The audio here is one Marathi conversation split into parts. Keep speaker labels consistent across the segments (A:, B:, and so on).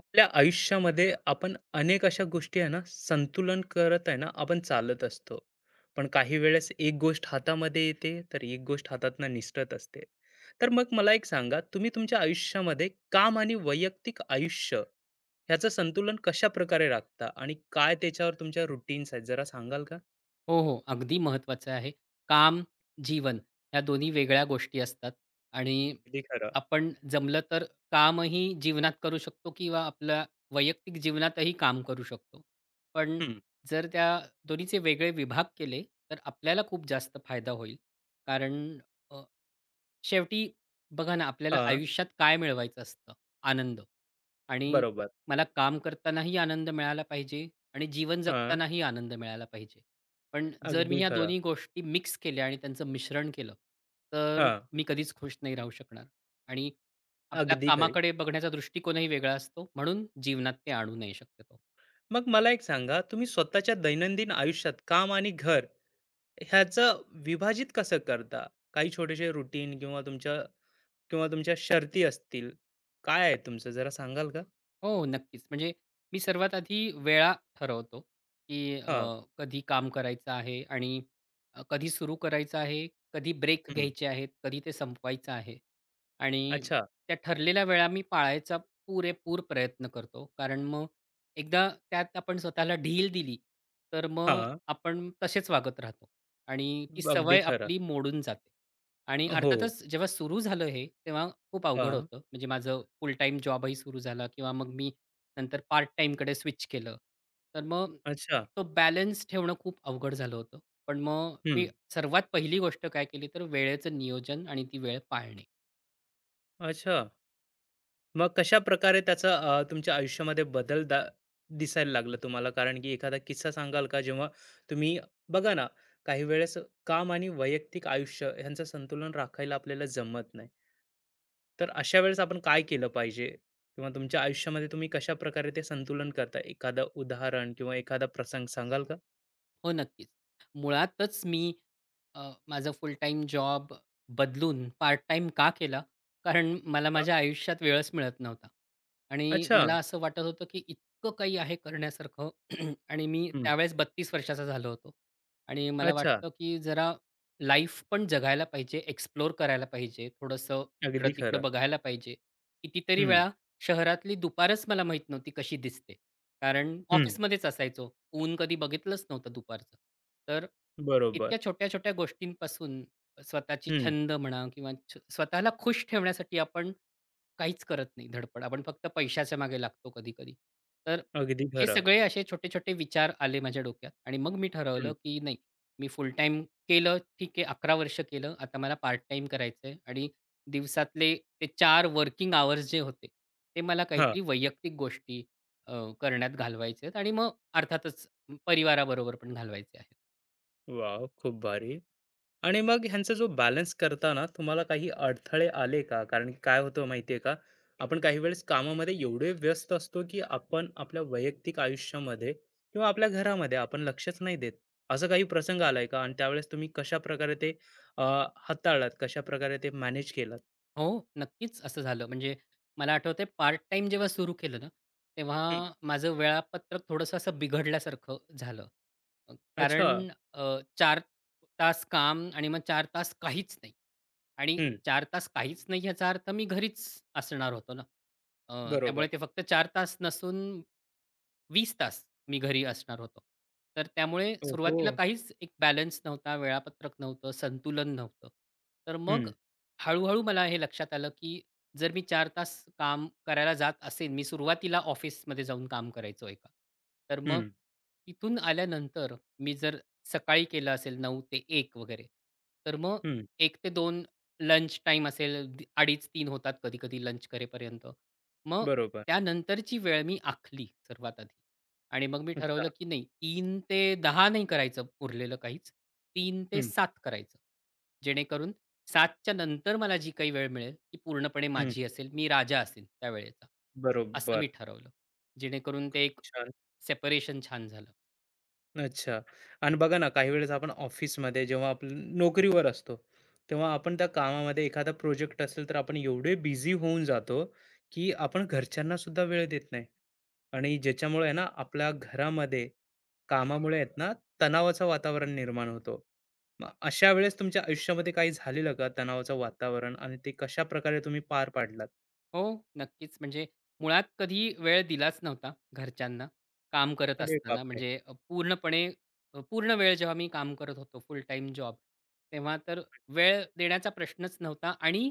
A: आपल्या आयुष्यामध्ये आपण अनेक अशा गोष्टी आहे ना, संतुलन करत आहे ना आपण चालत असतो. पण काही वेळेस एक गोष्ट हातामध्ये येते तर एक गोष्ट हातातनं निसटत असते. तर मग मला एक सांगा, तुम्ही तुमच्या आयुष्यामध्ये काम आणि वैयक्तिक आयुष्य ह्याचं संतुलन कशा प्रकारे राखता आणि काय त्याच्यावर तुमच्या रुटीन्स आहेत, जरा सांगाल का?
B: हो, हो. अगदी महत्त्वाचं आहे. काम, जीवन ह्या दोन्ही वेगळ्या गोष्टी असतात आणि
A: अगदी खरं.
B: आपण जमलं तर कामही जीवनात करू शकतो किंवा आपल्या वैयक्तिक जीवनातही काम करू शकतो. पण
A: हम्म,
B: जर त्या दोन्हीचे वेगळे विभाग केले, तर आपल्याला खूप जास्त फायदा होईल. कारण अ, शेवटी बघा ना, आपल्याला
A: हा.
B: आयुष्यात काय मिळवायचं असतं? आनंद. आणि
A: बरोबर.
B: मला काम करतानाही आनंद मिळाला पाहिजे आणि जीवन
A: हा.
B: जगतानाही आनंद मिळाला पाहिजे. पण जर मी
A: अगदी
B: ह्या
A: खरं.
B: दोन्ही गोष्टी मिक्स केल्या आणि त्यांचं मिश्रण केलं, तर
A: हा.
B: मी कधीच खुश नाही राहू शकणार. आणि आपल्या
A: अगदी खरी.
B: कामाकडे बघण्याचा दृष्टिकोनही वेगळा असतो. म्हणून जीवनात ते आणू नये शक्यतो.
A: मग मला एक सांगा, तुम्ही स्वतःच्या दैनंदिन आयुष्यात काम आणि घर ह्याचं विभाजित कसं करता? काही छोटेसे रुटीन किंवा तुमच्या किंवा तुमच्या शर्ती असतील. काय आहे तुमचं, जरा सांगाल का?
B: हो, नक्कीच. म्हणजे मी सर्वात आधी वेळा ठरवतो, की
A: हां.
B: कधी काम करायचं आहे आणि कधी सुरू करायचं आहे, कधी ब्रेक
A: हं.
B: घ्यायचे आहेत, कधी ते संपवायचं आहे. आणि
A: अच्छा.
B: त्या ठरलेल्या वेळा मी पाळायचा पुरेपूर प्रयत्न करतो. कारण मग एकदा त्यात आपण स्वतःला ढील दिली, तर मग
A: हां.
B: आपण तसेच वागत राहतो आणि ती
A: अगदी
B: सवय
A: खरं.
B: आपली मोडून जाते. आणि
A: हो.
B: अर्थातच जेव्हा सुरू झालं हे, तेव्हा खूप अवघड
A: हां.
B: होतं. म्हणजे माझं फुल टाईम जॉबही सुरू झाला किंवा मग मी नंतर पार्ट टाईमकडे स्विच केलं. तर मग
A: अच्छा.
B: तो बॅलन्स ठेवणं खूप अवघड झालं होतं. पण मग मी
A: हं.
B: सर्वात पहिली गोष्ट काय केली, तर वेळेचं नियोजन आणि ती वेळ पाळणे.
A: अच्छा. मग कशाप्रकारे त्याचा तुमच्या आयुष्यामध्ये बदल दिसायला लागला तुम्हाला? कारण की एखादा किस्सा सांगाल का? जेव्हा तुम्ही बघा ना, काही वेळेस काम आणि वैयक्तिक आयुष्य ह्यांचं संतुलन राखायला आपल्याला जमत नाही. तर अशा वेळेस आपण काय केलं पाहिजे? किंवा तुमच्या आयुष्यामध्ये तुम्ही कशाप्रकारे ते संतुलन करता? एखादं उदाहरण किंवा एखादा प्रसंग सांगाल का?
B: हो, नक्कीच. मुळातच मी माझा फुल टाईम जॉब बदलून पार्ट टाईम का केला? कारण मला
A: हां.
B: माझ्या आयुष्यात वेळच मिळत नव्हता. आणि
A: अच्छा.
B: मला असं वाटत होतं, की इतकं काही आहे करण्यासारखं आणि मी
A: हं.
B: त्यावेळेस 32 वर्षाचा झालो होतो. आणि मला
A: अच्छा.
B: वाटतं, की जरा लाईफ पण जगायला पाहिजे, एक्सप्लोर करायला पाहिजे, थोडंसं
A: अगदी
B: इकडं-तिकडं
A: खरं.
B: बघायला पाहिजे. कितीतरी
A: हं,
B: वेळा शहरातली दुपारच मला माहीत नव्हती कशी दिसते. कारण
A: हं.
B: ऑफिसमध्येच असायचो. ऊन कधी बघितलंच नव्हतं दुपारचं. तर
A: बरोबर.
B: इतक्या छोट्या-छोट्या गोष्टींपासून स्वतःची
A: हं.
B: छंद म्हणा किंवा स्वतःला खुश ठेवण्यासाठी आपण काहीच करत नाही धडपड. आपण फक्त पैशाच्या मागे लागतो कधी-कधी. तर
A: अगदी
B: हे
A: खरं.
B: सगळे असे छोटे-छोटे विचार आले माझ्या डोक्यात आणि मग मी
A: हं.
B: ठरवलं, की नाही मी फुल टाईम केलं ठीक आहे 11 वर्ष केलं. आता मला पार्ट टाईम करायचंय आणि दिवसातले ते 4 वर्किंग अवर्स जे होते, ते मला
A: हां.
B: काहीतरी वैयक्तिक गोष्टी अ, करण्यात घालवायचे आहेत आणि मग अर्थातच परिवाराबरोबर पण घालवायचे आहेत.
A: वॉव! खूप भारी. आणि मग ह्यांचा जो बॅलन्स करताना तुम्हाला काही अडथळे आले का? कारण की काय होतं माहिती का, आपण काही वेळेस कामामध्ये एवढे व्यस्त असतो, की आपण आपल्या वैयक्तिक आयुष्यामध्ये किंवा आपल्या घरामध्ये आपण लक्षच नाही देत. असा काही प्रसंग आलाय का? आणि त्यावेळेस तुम्ही कशाप्रकारे ते अ, हाताळलात? कशाप्रकारे ते मॅनेज केलात?
B: हो, नक्कीच असं झालं. म्हणजे मला आठवतंय पार्ट टाईम जेव्हा सुरू केलं ना, तेव्हा
A: हं,
B: माझं वेळापत्रक थोडंसं असं बिघडल्यासारखं झालं.
A: अच्छा.
B: कारण 4 तास काम आणि मग 4 तास काहीच नाही. आणि
A: हं,
B: 4 तास काहीच नाही याचा अर्थ मी घरीच असणार होतो ना. त्यामुळे
A: बरोबर.
B: ते फक्त 4 तास नसून 20 तास मी घरी असणार होतो. तर त्यामुळे
A: ओहो!
B: सुरुवातीला काहीच एक बॅलन्स नव्हता, वेळापत्रक नव्हतं, संतुलन नव्हतं. तर मग
A: हं,
B: हळू-हळू मला हे लक्षात आलं, की जर मी 4 तास काम करायला जात असेन, मी सुरुवातीला ऑफिसमध्ये जाऊन काम करायचो एका. तर मग
A: हं,
B: तिथून आल्यानंतर मी जर सकाळी केलं असेल 9 ते 1 वगैरे, तर मग
A: हं.
B: 1 ते 2 लंच टाईम असेल, दी 2:30-3 होतात कधी-कधी लंच करेपर्यंत. मग
A: बरोबर.
B: त्यानंतरची वेळ मी आखली सर्वात आधी आणि मग मी
A: अच्छा.
B: ठरवलं, की नाही 3 ते 10 नाही करायचं उरलेलं काहीच. 3 ते
A: हं,
B: 7 करायचं. जेणेकरून 7च्या नंतर मला जी काही वेळ मिळेल, ती पूर्णपणे
A: हं.
B: माझी असेल. मी राजा असेन त्यावेळेचा. असं मी
A: बरोबर.
B: ठरवलं. जेणेकरून ते एक
A: छान.
B: सेपरेशन छान झालं.
A: अच्छा. आणि बघा ना, काही वेळेस आपण ऑफिसमध्ये जेव्हा आपण नोकरीवर असतो, तेव्हा आपण त्या कामामध्ये एखादा प्रोजेक्ट असेल, तर आपण एवढे बिझी होऊन जातो, की आपण घरच्यांना सुद्धा वेळ देत नाही. आणि ज्याच्यामुळे आहे ना, आपल्या घरामध्ये कामामुळे आहेत ना, तणावाचं वातावरण निर्माण होतो. मग अशा वेळेस तुमच्या आयुष्यामध्ये काही झालेलं का तणावाचं वातावरण आणि ते कशाप्रकारे तुम्ही पार पाडलात?
B: हो, नक्कीच. म्हणजे मुळात कधी वेळ दिलाच नव्हता घरच्यांना, काम करत
A: अरे
B: असताना.
A: बापरे!
B: म्हणजे पूर्णपणे पूर्ण वेळ जेव्हा मी काम करत होतो, फुल टाईम जॉब, तेव्हा तर वेळ देण्याचा प्रश्नच नव्हता आणि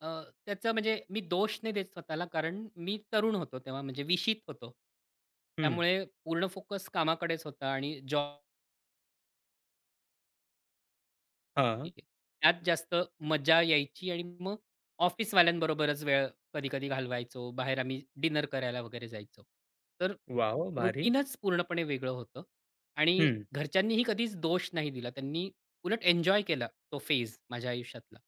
B: अ, त्याचा म्हणजे मी दोष नाही देत स्वतःला, कारण मी तरुण होतो तेव्हा, म्हणजे विशीत होतो.
A: हं.
B: त्यामुळे पूर्ण फोकस कामाकडेच होता आणि जॉब
A: हां.
B: ये- त्यात जास्त मजा यायची आणि मग ऑफिसवाल्यांबरोबरच वेळ कधी-कधी घालवायचो. बाहेर आम्ही डिनर करायला वगैरे जायचो. तर
A: वॉव! भारी.
B: रुटीनच पूर्णपणे वेगळं होतं आणि
A: हं.
B: घरच्यांनीही कधीच दोष नाही दिला. त्यांनी उलट एन्जॉय केला तो फेज माझ्या आयुष्यातला.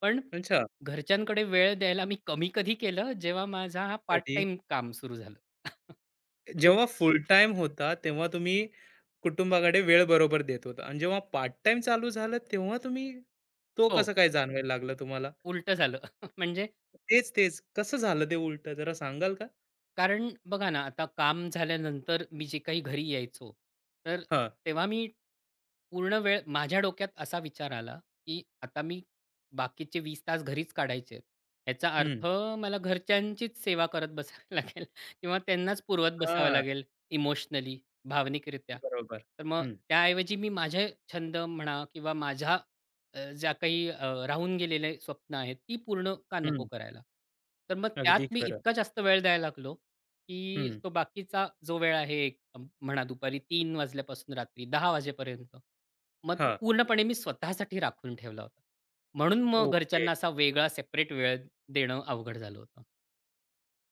B: पण
A: अच्छा.
B: घरच्यांकडे वेळ द्यायला मी कमी कधी केलं, जेव्हा माझा हा पार्ट
A: कधी?
B: टाईम काम सुरू झालं. म्हणजे
A: जेव्हा फुल टाईम होता, तेव्हा तुम्ही कुटुंबाकडे वेळ बरोबर देत होता आणि जेव्हा पार्ट टाईम चालू झालं, तेव्हा तुम्ही तो
B: हो,
A: कसं काय जाणवायला लागला तुम्हाला?
B: उलटं झालं. म्हणजे
A: तेच. कसं झालं ते उलटं जरा सांगाल का?
B: कारण बघा ना, आता काम झाल्यानंतर मी जे काही घरी यायचो, तर
A: हां.
B: तेव्हा मी पूर्ण वेळ माझ्या डोक्यात असा विचार आला, की आता मी बाकीचे 20 तास घरीच काढायचे आहेत. याचा
A: हं.
B: अर्थ मला घरच्यांचीच सेवा करत बसावं लागेल किंवा त्यांनाच पुरवत बसावं
A: हां.
B: लागेल इमोशनली, भावनिकरित्या.
A: बरोबर.
B: तर मग
A: हं,
B: त्याऐवजी मी माझे छंद म्हणा किंवा माझ्या ज्या काही राहून गेलेले स्वप्न आहेत, ती पूर्ण का नको
A: हं.
B: करायला? तर मग त्यात
A: अगदी
B: मी
A: खरं.
B: इतका जास्त वेळ द्यायला लागलो, की
A: हं.
B: तो बाकीचा जो वेळ आहे एक म्हणा दुपारी 3 वाजल्यापासून रात्री 10 वाजेपर्यंत, मग तो
A: हां.
B: पूर्णपणे मी स्वतःसाठी राखून ठेवला होता. म्हणून मग
A: ओके.
B: घरच्यांना असा वेगळा सेपरेट वेळ देणं अवघड झालं होतं.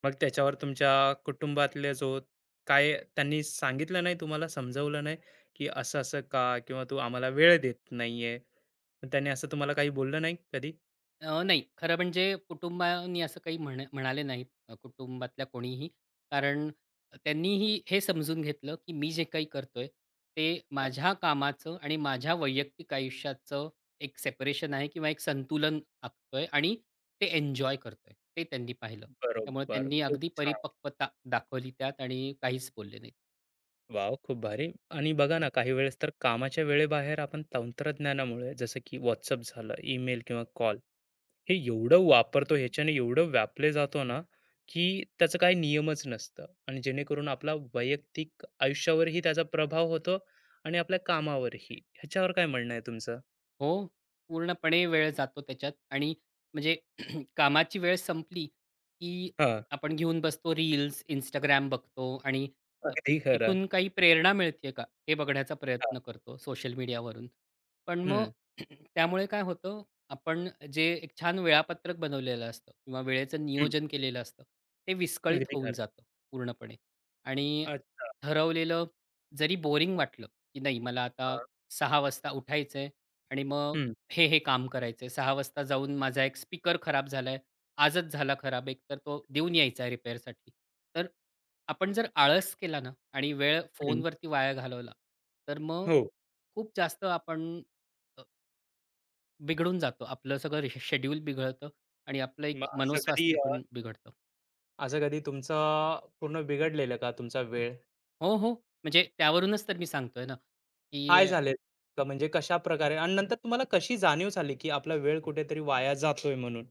A: मग त्याच्यावर तुमच्या कुटुंबातले जो काय त्यांनी सांगितलं नाही तुम्हाला, समजावलं नाही, की असं-असं का? किंवा तू आम्हाला वेळ देत नाहीये. मग त्यांनी असं तुम्हाला काही बोललं नाही कधी?
B: नाही. खरं म्हणजे कुटुंबानी असं काही म्हणाले नाहीत कुटुंबातल्या कोणीही. कारण त्यांनीही हे समजून घेतलं, की मी जे काही करतोय, ते माझ्या कामाचं आणि माझ्या वैयक्तिक आयुष्याचं एक सेपरेशन आहे किंवा एक संतुलन आखतोय आणि ते एन्जॉय करतोय. ते त्यांनी पाहिलं. त्यामुळे
A: बरोबर.
B: त्यांनी
A: खूप
B: अगदी
A: छान.
B: परिपक्वता दाखवली त्यात आणि काहीच बोलले नाहीत.
A: वॉव! खूप भारी. आणि बघा ना, काही वेळेस तर कामाच्या वेळेबाहेर आपण तंत्रज्ञानामुळे, जसं की WhatsApp झालं, ईमेल किंवा कॉल, हे एवढं वापरतो, ह्याच्याने एवढं व्यापले जातो ना, की त्याचं काही नियमच नसतं आणि जेणेकरून आपला वैयक्तिक आयुष्यावरही त्याचा प्रभाव होतो आणि आपल्या कामावरही. ह्याच्यावर काय म्हणणं आहे तुमचं?
B: हो, पूर्णपणे वेळ जातो त्याच्यात आणि म्हणजे कामाची वेळ संपली, की
A: हां,
B: आपण घेऊन बसतो रील्स, इंस्टाग्राम बघतो आणि
A: अगदी खरं.
B: तिथून काही प्रेरणा मिळते का, हे बघण्याचा
A: हां.
B: प्रयत्न करतो सोशल मीडियावरून. पण मग
A: हं.
B: त्यामुळे काय होतं, आपण जे एक छान वेळापत्रक बनवलेलं असतं किंवा वेळेचं
A: हं.
B: नियोजन केलेलं असतं, ते विस्कळीत
A: अगदी
B: होऊन
A: खरं.
B: जातं पूर्णपणे. आणि
A: अच्छा.
B: ठरवलेलं जरी बोरिंग वाटलं, की नाही मला आता
A: हां.
B: 6 वाजता उठायचंय आणि मग
A: हं,
B: हे काम करायचंय. 6 वाजता जाऊन माझा एक स्पीकर खराब झालाय. आजच झाला खराब एक तर तो देऊन यायचा आहे रिपेअरसाठी. तर आपण जर आळस केला ना आणि वेळ
A: हं.
B: फोनवरती वाया घालवला, तर मग
A: हो.
B: खूप जास्त आपण अ, बिघडून जातो. आपलं सगळं शेड्यूल बिघडतं आणि आपलं एक
A: मग असं कधी
B: मनोस्वास्थ्य पण बिघडतं.
A: असं कधी तुमचं पूर्ण बिघडलेलं का तुमचा वेळ?
B: हो, हो. म्हणजे त्यावरूनच तर मी सांगतोय ना,
A: काय
B: की
A: झाले का, म्हणजे कशा प्रकारे आणि नंतर तुम्हाला कशी जाणीव झाली, की आपला वेळ कुठेतरी वाया जातोय म्हणून?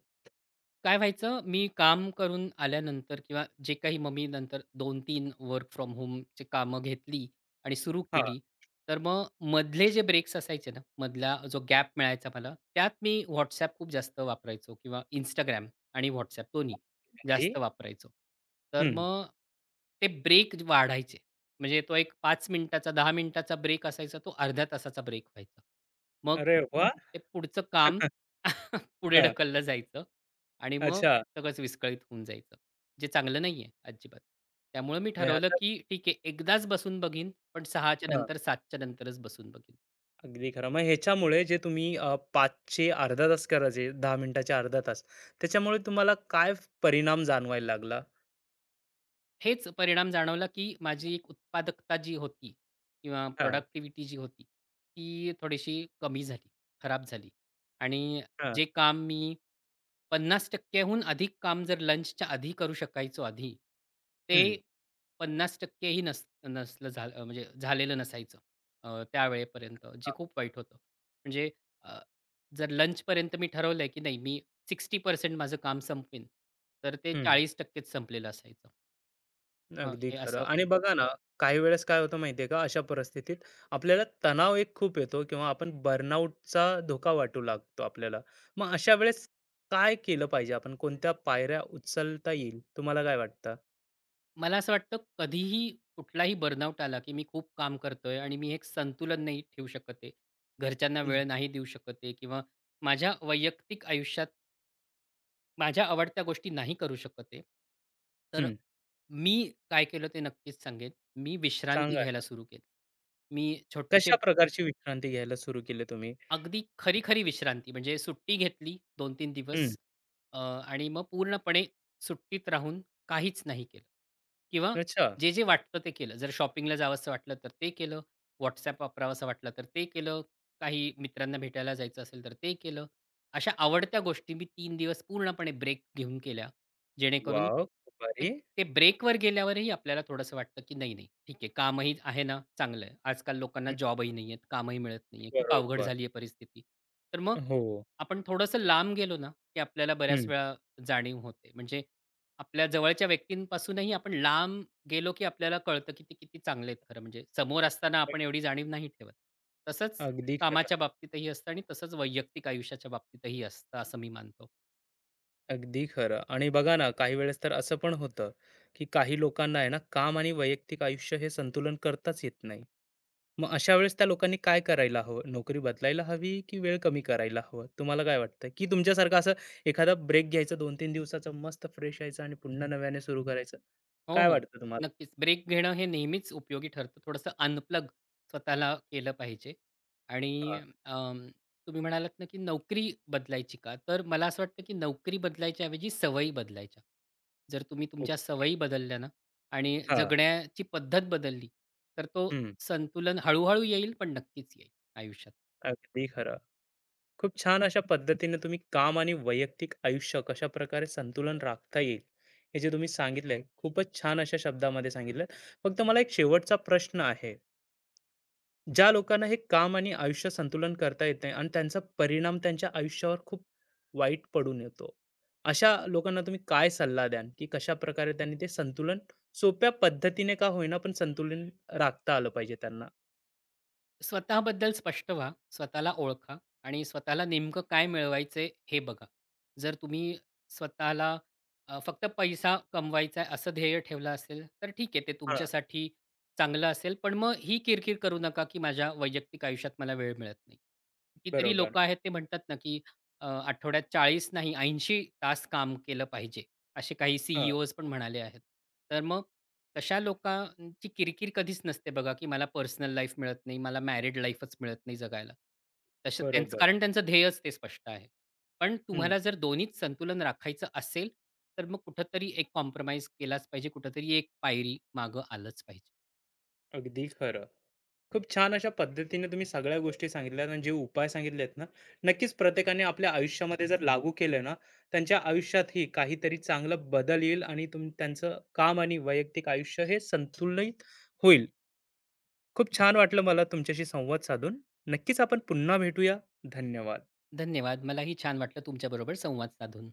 B: काय व्हायचं, मी काम करून आल्यानंतर किंवा जे काही मग मी नंतर 2-3 वर्क फ्रॉम होमची कामं घेतली आणि सुरू
A: हां.
B: केली. तर मग मधले जे ब्रेक्स असायचे ना, मधला जो गॅप मिळायचा मला, त्यात मी WhatsApp खूप जास्त वापरायचो किंवा इंस्टाग्राम आणि WhatsApp दोन्ही
A: अरे!
B: जास्त वापरायचो. तर
A: हं.
B: मग ते ब्रेक वाढायचे. म्हणजे तो एक 5 मिनिटाचा, 10 मिनिटाचा ब्रेक असायचा, तो अर्ध्या तासाचा ब्रेक व्हायचा. मग
A: अरे वाह!
B: ते पुढचं काम पुढे
A: हां.
B: ढकललं जायचं आणि मग
A: अच्छा.
B: सगळंच विस्कळीत होऊन जायचं, जे चांगलं नाही आहे अजिबात. त्यामुळं मी
A: म्हणजे
B: ठरवलं,
A: आता
B: की ठीक आहे एकदाच बसून बघीन, पण 6च्या
A: हां.
B: नंतर 7च्या नंतरच बसून बघीन.
A: अगदी खरं. मग ह्याच्यामुळे जे तुम्ही 5चे अर्धा तास करायचे, 10 मिनिटाचे अर्धा तास, त्याच्यामुळे तुम्हाला काय परिणाम जाणवायला लागला?
B: हेच परिणाम जाणवला, की माझी एक उत्पादकता जी होती किंवा
A: हां,
B: प्रॉडक्टिव्हिटी जी होती, ती थोडीशी कमी झाली, खराब झाली. आणि
A: हां.
B: जे काम मी 50% हून अधिक काम जर लंचच्या आधी करू शकायचो आधी,
A: हं,
B: ते 50% ही नसलं झालं म्हणजे झालेलं नसायचं त्यावेळेपर्यंत, जे
A: हां.
B: खूप वाईट होतं. म्हणजे अ, जर लंचपर्यंत मी ठरवलंय, की नाही मी 60% माझं काम संपवीन, तर ते 40% च संपलेलं असायचं. अ,
A: अगदी
B: हे
A: खरं.
B: असं
A: आणि बघा ना, काही वेळेस काय होतं माहिती का, अशा परिस्थितीत आपल्याला तणाव एक खूप येतो किंवा आपण बर्नआउटचा धोका वाटू लागतो आपल्याला. मग अशा वेळेस काय केलं पाहिजे आपण? कोणत्या पायऱ्या उचलता येईल? तुम्हाला काय वाटतं?
B: मला असं वाटतं कधीही कुठलाही बर्नआउट आला, की मी खूप काम करतोय आणि मी एक संतुलन नाही ठेवू शकत आहे. घरच्यांना
A: हं,
B: वेळ नाही देऊ शकत आहे किंवा माझ्या वैयक्तिक आयुष्यात माझ्या आवडत्या गोष्टी नाही करू शकत आहे. तर
A: हं.
B: मी काय केलं ते नक्कीच सांगेन. मी विश्रांती
A: सांगा
B: घ्यायला
A: ना.
B: सुरू केली. मी छोटेसे
A: कशा प्रकारची विश्रांती घ्यायला सुरू केली तुम्ही?
B: अगदी खरी-खरी विश्रांती म्हणजे सुट्टी घेतली 2 3 दिवस
A: हं.
B: आणि मग पूर्णपणे सुट्टीत राहून काहीच नाही केलं किंवा
A: अच्छा.
B: जे-जे वाटतं ते केलं. जर शॉपिंगला जावसं वाटलं तर ते केलं. WhatsApp वापरावसं वाटलं तर ते केलं. काही मित्रांना भेटायला जायचं असेल तर ते केलं. अशा आवडत्या गोष्टी मी 3 दिवस पूर्णपणे ब्रेक घेऊन केल्या. जेणेकरून
A: वॉव! खूप भारी.
B: ते ब्रेकवर गेल्यावरही आपल्याला थोडंसं वाटतं, की नाही, नाही, ठीक आहे. कामही आहे ना, चांगलं आहे. आजकाल लोकांना
A: हं,
B: जॉबही नाहीयेत, कामही मिळत नाहीये. खूप अवघड
A: बरोबर.
B: झाली आहे परिस्थिती. तर मग
A: हो.
B: आपण थोडंसं लांब गेलो ना, की आपल्याला बऱ्याच
A: हं.
B: वेळा जाणीव होते. म्हणजे आपल्या जवळच्या व्यक्तींपासूनही आपण लांब गेलो, की आपल्याला कळतं, की ते किती चांगले आहेत खरं म्हणजे. समोर असताना आपण एवढी जाणीव नाही ठेवत. तसंच
A: अगदी खरं.
B: कामाच्या बाबतीतही असतं आणि तसंच वैयक्तिक आयुष्याच्या बाबतीतही असतं, असं मी मानतो.
A: अगदी खरं. आणि बघा ना, काही वेळेस तर असं पण होतं, की काही लोकांना आहे ना, काम आणि वैयक्तिक आयुष्य हे संतुलन करताच येत नाही. मग अशा वेळेस त्या लोकांनी काय करायला हवं? नोकरी बदलायला हवी की वेळ कमी करायला हवं? तुम्हाला काय वाटतं, की तुमच्यासारखं असं एखादा ब्रेक घ्यायचा दोन तीन दिवसाचा, मस्त फ्रेश यायचं आणि पुन्हा नव्याने सुरू करायचं?
B: हो,
A: काय
B: हो.
A: वाटतं तुम्हाला?
B: नक्कीच. ब्रेक घेणं हे नेहमीच उपयोगी ठरतं. थोडंसं अनप्लग स्वतःला केलं पाहिजे. आणि
A: हा.
B: अं, तुम्ही म्हणालात ना, की नोकरी बदलायची का? तर मला असं वाटतं, की नोकरी बदलायच्या ऐवजी सवयी बदलायच्या. जर तुम्ही तुमच्या
A: ओके.
B: सवयी बदलल्या ना आणि
A: हा.
B: जगण्याची पद्धत बदलली, तर तो
A: हम्म.
B: संतुलन हळू-हळू येईल, पण नक्कीच येईल आयुष्यात.
A: अगदी खरं. खूप छान अशा पद्धतीने तुम्ही काम आणि वैयक्तिक आयुष्य कशा प्रकारे संतुलन राखता येईल हे जे तुम्ही सांगितलंय, खूपच छान अशा शब्दामध्ये सांगितलं. फक्त मला एक शेवटचा प्रश्न आहे. ज्या लोकांना हे काम आणि आयुष्य संतुलन करता येत नाही आणि त्यांचा परिणाम त्यांच्या आयुष्यावर खूप वाईट पडून येतो, अशा लोकांना तुम्ही काय सल्ला द्याल, की कशा प्रकारे त्यांनी ते संतुलन सोप्या पद्धतीने का होईना पण संतुलन राखता आलं पाहिजे त्यांना.
B: स्वतःबद्दल स्पष्ट व्हा, स्वतःला ओळखा आणि स्वतःला नेमकं काय मिळवायचंय हे बघा. जर तुम्ही स्वतःला फक्त पैसा कमवायचा आहे असं ध्येय ठेवलं असेल, तर ठीक आहे ते
A: हा.
B: तुमच्यासाठी चांगलं असेल. पण मग ही किरकिर करू नका, की माझ्या वैयक्तिक आयुष्यात मला वेळ मिळत नाही. कितीतरी
A: बरोबर.
B: लोकं आहेत ते म्हणतात ना, की आठवड्यात 40 नाही 80 तास काम केलं पाहिजे. असे काही
A: हा.
B: सी पण म्हणाले आहेत. तर मग तशा लोकां ती किरकिर कधीच नसते बघा, की मला पर्सनल लाईफ मिळत नाही, मला मॅरिड लाईफच मिळत नाही जगायला. तसं त्यांचं
A: बरोबर.
B: कारण त्यांचं ध्येयच ते स्पष्ट आहे. पण
A: हम्म.
B: तुम्हाला जर दोन्हीच संतुलन राखायचं असेल, तर मग कुठेतरी एक कॉम्प्रोमाईज केलाच पाहिजे, कुठेतरी एक पायरी मागं आलंच पाहिजे.
A: अगदी खरं. खूप छान अशा पद्धतीने तुम्ही सगळ्या गोष्टी सांगितल्यात आणि जे उपाय सांगितलेत ना, नक्कीच प्रत्येकाने आपल्या आयुष्यामध्ये जर लागू केले ना, त्यांच्या आयुष्यातही काहीतरी चांगला बदल येईल आणि त्यांचं काम आणि वैयक्तिक आयुष्य हे संतुलित होईल. खूप छान वाटलं मला तुमच्याशी संवाद साधून. नक्कीच आपण पुन्हा भेटूया. धन्यवाद.
B: धन्यवाद. मलाही छान वाटलं तुमच्याबरोबर संवाद साधून.